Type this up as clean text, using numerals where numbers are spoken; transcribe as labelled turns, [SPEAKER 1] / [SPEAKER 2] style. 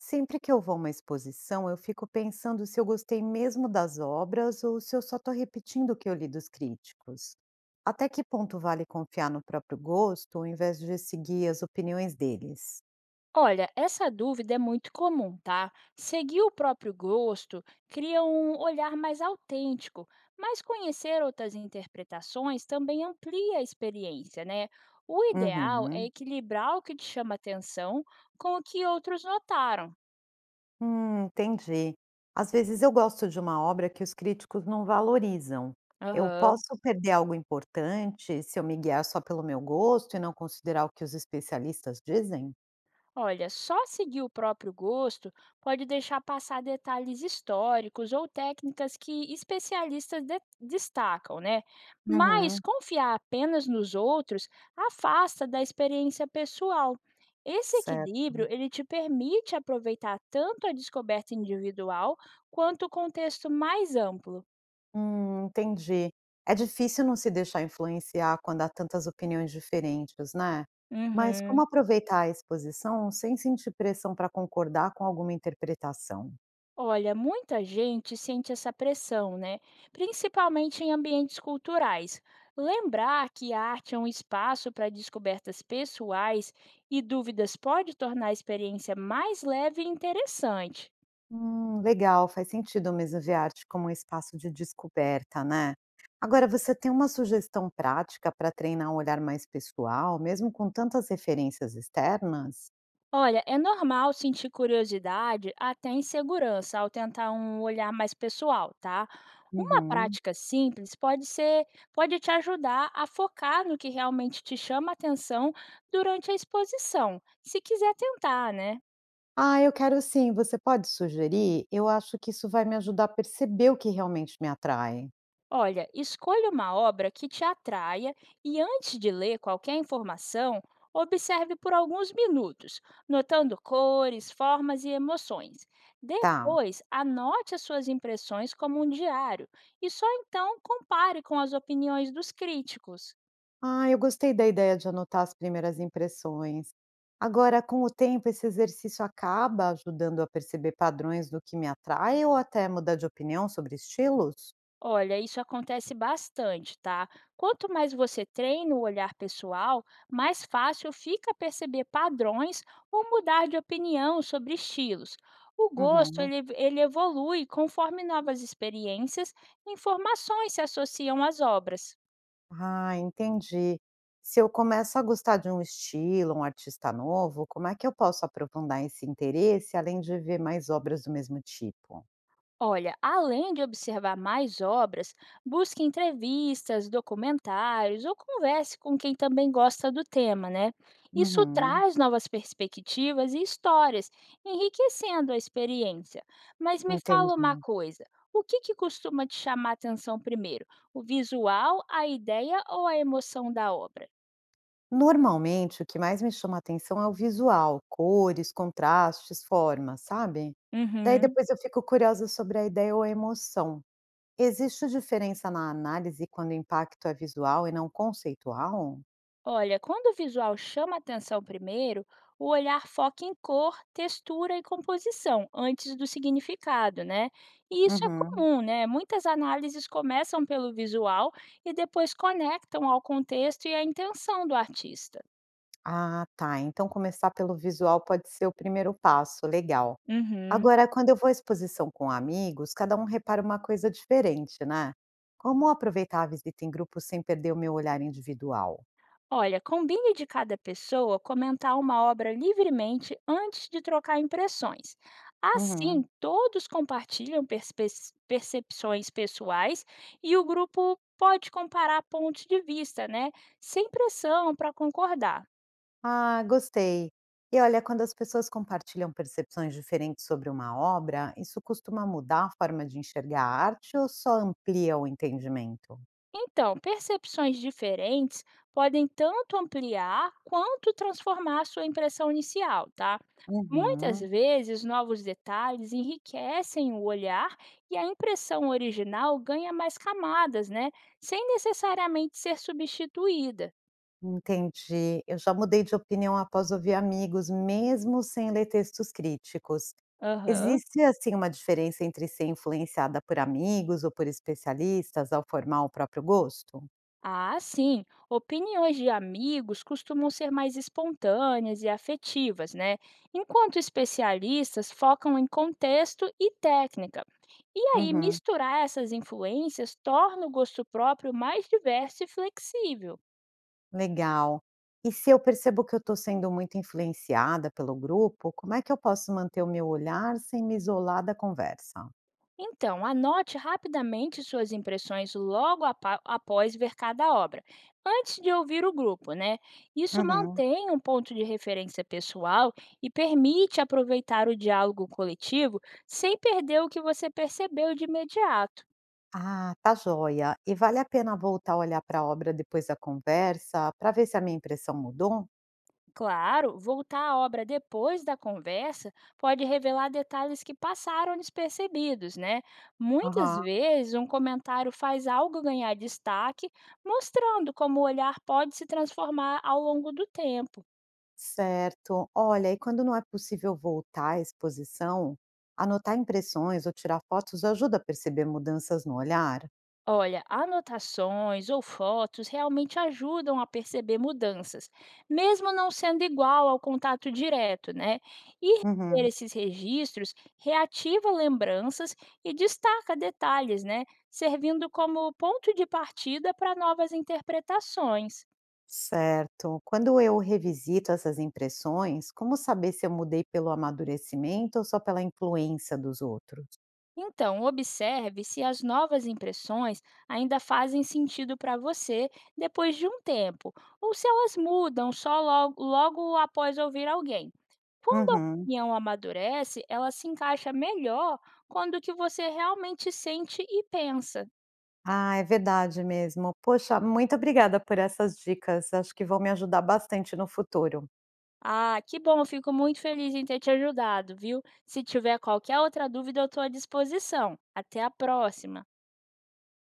[SPEAKER 1] Sempre que eu vou a uma exposição, eu fico pensando se eu gostei mesmo das obras ou se eu só estou repetindo o que eu li dos críticos. Até que ponto vale confiar no próprio gosto, ao invés de seguir as opiniões deles?
[SPEAKER 2] Olha, essa dúvida é muito comum, tá? Seguir o próprio gosto cria um olhar mais autêntico, mas conhecer outras interpretações também amplia a experiência, né? O ideal é
[SPEAKER 1] Uhum.
[SPEAKER 2] equilibrar o que te chama atenção com o que outros notaram.
[SPEAKER 1] Entendi. Às vezes eu gosto de uma obra que os críticos não valorizam. Eu
[SPEAKER 2] Aham.
[SPEAKER 1] posso perder algo importante se eu me guiar só pelo meu gosto e não considerar o que os especialistas dizem?
[SPEAKER 2] Olha, só seguir o próprio gosto pode deixar passar detalhes históricos ou técnicas que especialistas destacam, né? Mas
[SPEAKER 1] Uhum.
[SPEAKER 2] confiar apenas nos outros afasta da experiência pessoal. Esse
[SPEAKER 1] Certo.
[SPEAKER 2] equilíbrio, ele te permite aproveitar tanto a descoberta individual quanto o contexto mais amplo.
[SPEAKER 1] Entendi. É difícil não se deixar influenciar quando há tantas opiniões diferentes, né? Mas como
[SPEAKER 2] Uhum.
[SPEAKER 1] aproveitar a exposição sem sentir pressão para concordar com alguma interpretação?
[SPEAKER 2] Olha, muita gente sente essa pressão, né? Principalmente em ambientes culturais. Lembrar que a arte é um espaço para descobertas pessoais e dúvidas pode tornar a experiência mais leve e interessante.
[SPEAKER 1] Legal, faz sentido mesmo ver a arte como um espaço de descoberta, né? Agora, você tem uma sugestão prática para treinar um olhar mais pessoal, mesmo com tantas referências externas?
[SPEAKER 2] Olha, é normal sentir curiosidade até insegurança ao tentar um olhar mais pessoal, tá? Uma
[SPEAKER 1] Uhum.
[SPEAKER 2] prática simples pode ser, pode te ajudar a focar no que realmente te chama atenção durante a exposição, se quiser tentar, né?
[SPEAKER 1] Ah, eu quero sim. Você pode sugerir? Eu acho que isso vai me ajudar a perceber o que realmente me atrai.
[SPEAKER 2] Olha, escolha uma obra que te atraia e, antes de ler qualquer informação, observe por alguns minutos, notando cores, formas e emoções.
[SPEAKER 1] Tá.
[SPEAKER 2] Depois, anote as suas impressões como um diário e só então compare com as opiniões dos críticos.
[SPEAKER 1] Ah, eu gostei da ideia de anotar as primeiras impressões. Agora, com o tempo, esse exercício acaba ajudando a perceber padrões do que me atrai ou até mudar de opinião sobre estilos?
[SPEAKER 2] Olha, isso acontece bastante, tá? Quanto mais você treina o olhar pessoal, mais fácil fica perceber padrões ou mudar de opinião sobre estilos. O gosto,
[SPEAKER 1] Uhum.
[SPEAKER 2] ele evolui conforme novas experiências e informações se associam às obras.
[SPEAKER 1] Ah, entendi. Se eu começo a gostar de um estilo, um artista novo, como é que eu posso aprofundar esse interesse além de ver mais obras do mesmo tipo?
[SPEAKER 2] Olha, além de observar mais obras, busque entrevistas, documentários ou converse com quem também gosta do tema, né? Isso
[SPEAKER 1] Uhum,
[SPEAKER 2] traz novas perspectivas e histórias, enriquecendo a experiência. Mas me
[SPEAKER 1] entendi.
[SPEAKER 2] fala uma coisa: o que costuma te chamar a atenção primeiro? O visual, a ideia ou a emoção da obra?
[SPEAKER 1] Normalmente, o que mais me chama atenção é o visual, cores, contrastes, formas, sabe. Daí
[SPEAKER 2] Uhum.
[SPEAKER 1] depois eu fico curiosa sobre a ideia ou a emoção. Existe diferença na análise quando o impacto é visual e não conceitual?
[SPEAKER 2] Olha, quando o visual chama atenção primeiro, o olhar foca em cor, textura e composição, antes do significado, né? E isso é
[SPEAKER 1] Uhum.
[SPEAKER 2] comum, né? Muitas análises começam pelo visual e depois conectam ao contexto e à intenção do artista.
[SPEAKER 1] Ah, tá. Então começar pelo visual pode ser o primeiro passo, legal.
[SPEAKER 2] Uhum.
[SPEAKER 1] Agora, quando eu vou à exposição com amigos, cada um repara uma coisa diferente, né? Como aproveitar a visita em grupo sem perder o meu olhar individual?
[SPEAKER 2] Olha, combine de cada pessoa comentar uma obra livremente antes de trocar impressões. Assim,
[SPEAKER 1] Uhum.
[SPEAKER 2] todos compartilham percepções pessoais e o grupo pode comparar pontos de vista, né? Sem pressão para concordar.
[SPEAKER 1] Ah, gostei. E olha, quando as pessoas compartilham percepções diferentes sobre uma obra, isso costuma mudar a forma de enxergar a arte ou só amplia o entendimento?
[SPEAKER 2] Então, percepções diferentes podem tanto ampliar quanto transformar sua impressão inicial, tá? Muitas
[SPEAKER 1] Uhum,
[SPEAKER 2] vezes, novos detalhes enriquecem o olhar e a impressão original ganha mais camadas, né? Sem necessariamente ser substituída.
[SPEAKER 1] entendi. Eu já mudei de opinião após ouvir amigos, mesmo sem ler textos críticos.
[SPEAKER 2] Aham.
[SPEAKER 1] Existe, assim, uma diferença entre ser influenciada por amigos ou por especialistas ao formar o próprio gosto?
[SPEAKER 2] Ah, sim. Opiniões de amigos costumam ser mais espontâneas e afetivas, né? Enquanto especialistas focam em contexto e técnica. E aí,
[SPEAKER 1] Uhum.
[SPEAKER 2] misturar essas influências torna o gosto próprio mais diverso e flexível.
[SPEAKER 1] Legal. E se eu percebo que eu estou sendo muito influenciada pelo grupo, como é que eu posso manter o meu olhar sem me isolar da conversa?
[SPEAKER 2] Então, anote rapidamente suas impressões logo após ver cada obra, antes de ouvir o grupo, né? Isso
[SPEAKER 1] Uhum.
[SPEAKER 2] mantém um ponto de referência pessoal e permite aproveitar o diálogo coletivo sem perder o que você percebeu de imediato.
[SPEAKER 1] Ah, tá joia. E vale a pena voltar a olhar para a obra depois da conversa para ver se a minha impressão mudou?
[SPEAKER 2] Claro, voltar à obra depois da conversa pode revelar detalhes que passaram despercebidos, né? Muitas
[SPEAKER 1] Aham.
[SPEAKER 2] vezes um comentário faz algo ganhar destaque, mostrando como o olhar pode se transformar ao longo do tempo.
[SPEAKER 1] Certo. Olha, e quando não é possível voltar à exposição, anotar impressões ou tirar fotos ajuda a perceber mudanças no olhar?
[SPEAKER 2] Olha, anotações ou fotos realmente ajudam a perceber mudanças, mesmo não sendo igual ao contato direto, né? E ter
[SPEAKER 1] Uhum.
[SPEAKER 2] esses registros reativa lembranças e destaca detalhes, né? Servindo como ponto de partida para novas interpretações.
[SPEAKER 1] Certo. Quando eu revisito essas impressões, como saber se eu mudei pelo amadurecimento ou só pela influência dos outros?
[SPEAKER 2] Então, observe se as novas impressões ainda fazem sentido para você depois de um tempo, ou se elas mudam só logo, logo após ouvir alguém. Quando a
[SPEAKER 1] Uhum.
[SPEAKER 2] opinião amadurece, ela se encaixa melhor quando o que você realmente sente e pensa.
[SPEAKER 1] Ah, é verdade mesmo. Poxa, muito obrigada por essas dicas. Acho que vão me ajudar bastante no futuro.
[SPEAKER 2] Ah, que bom, eu fico muito feliz em ter te ajudado, viu? Se tiver qualquer outra dúvida, eu estou à disposição. Até a próxima!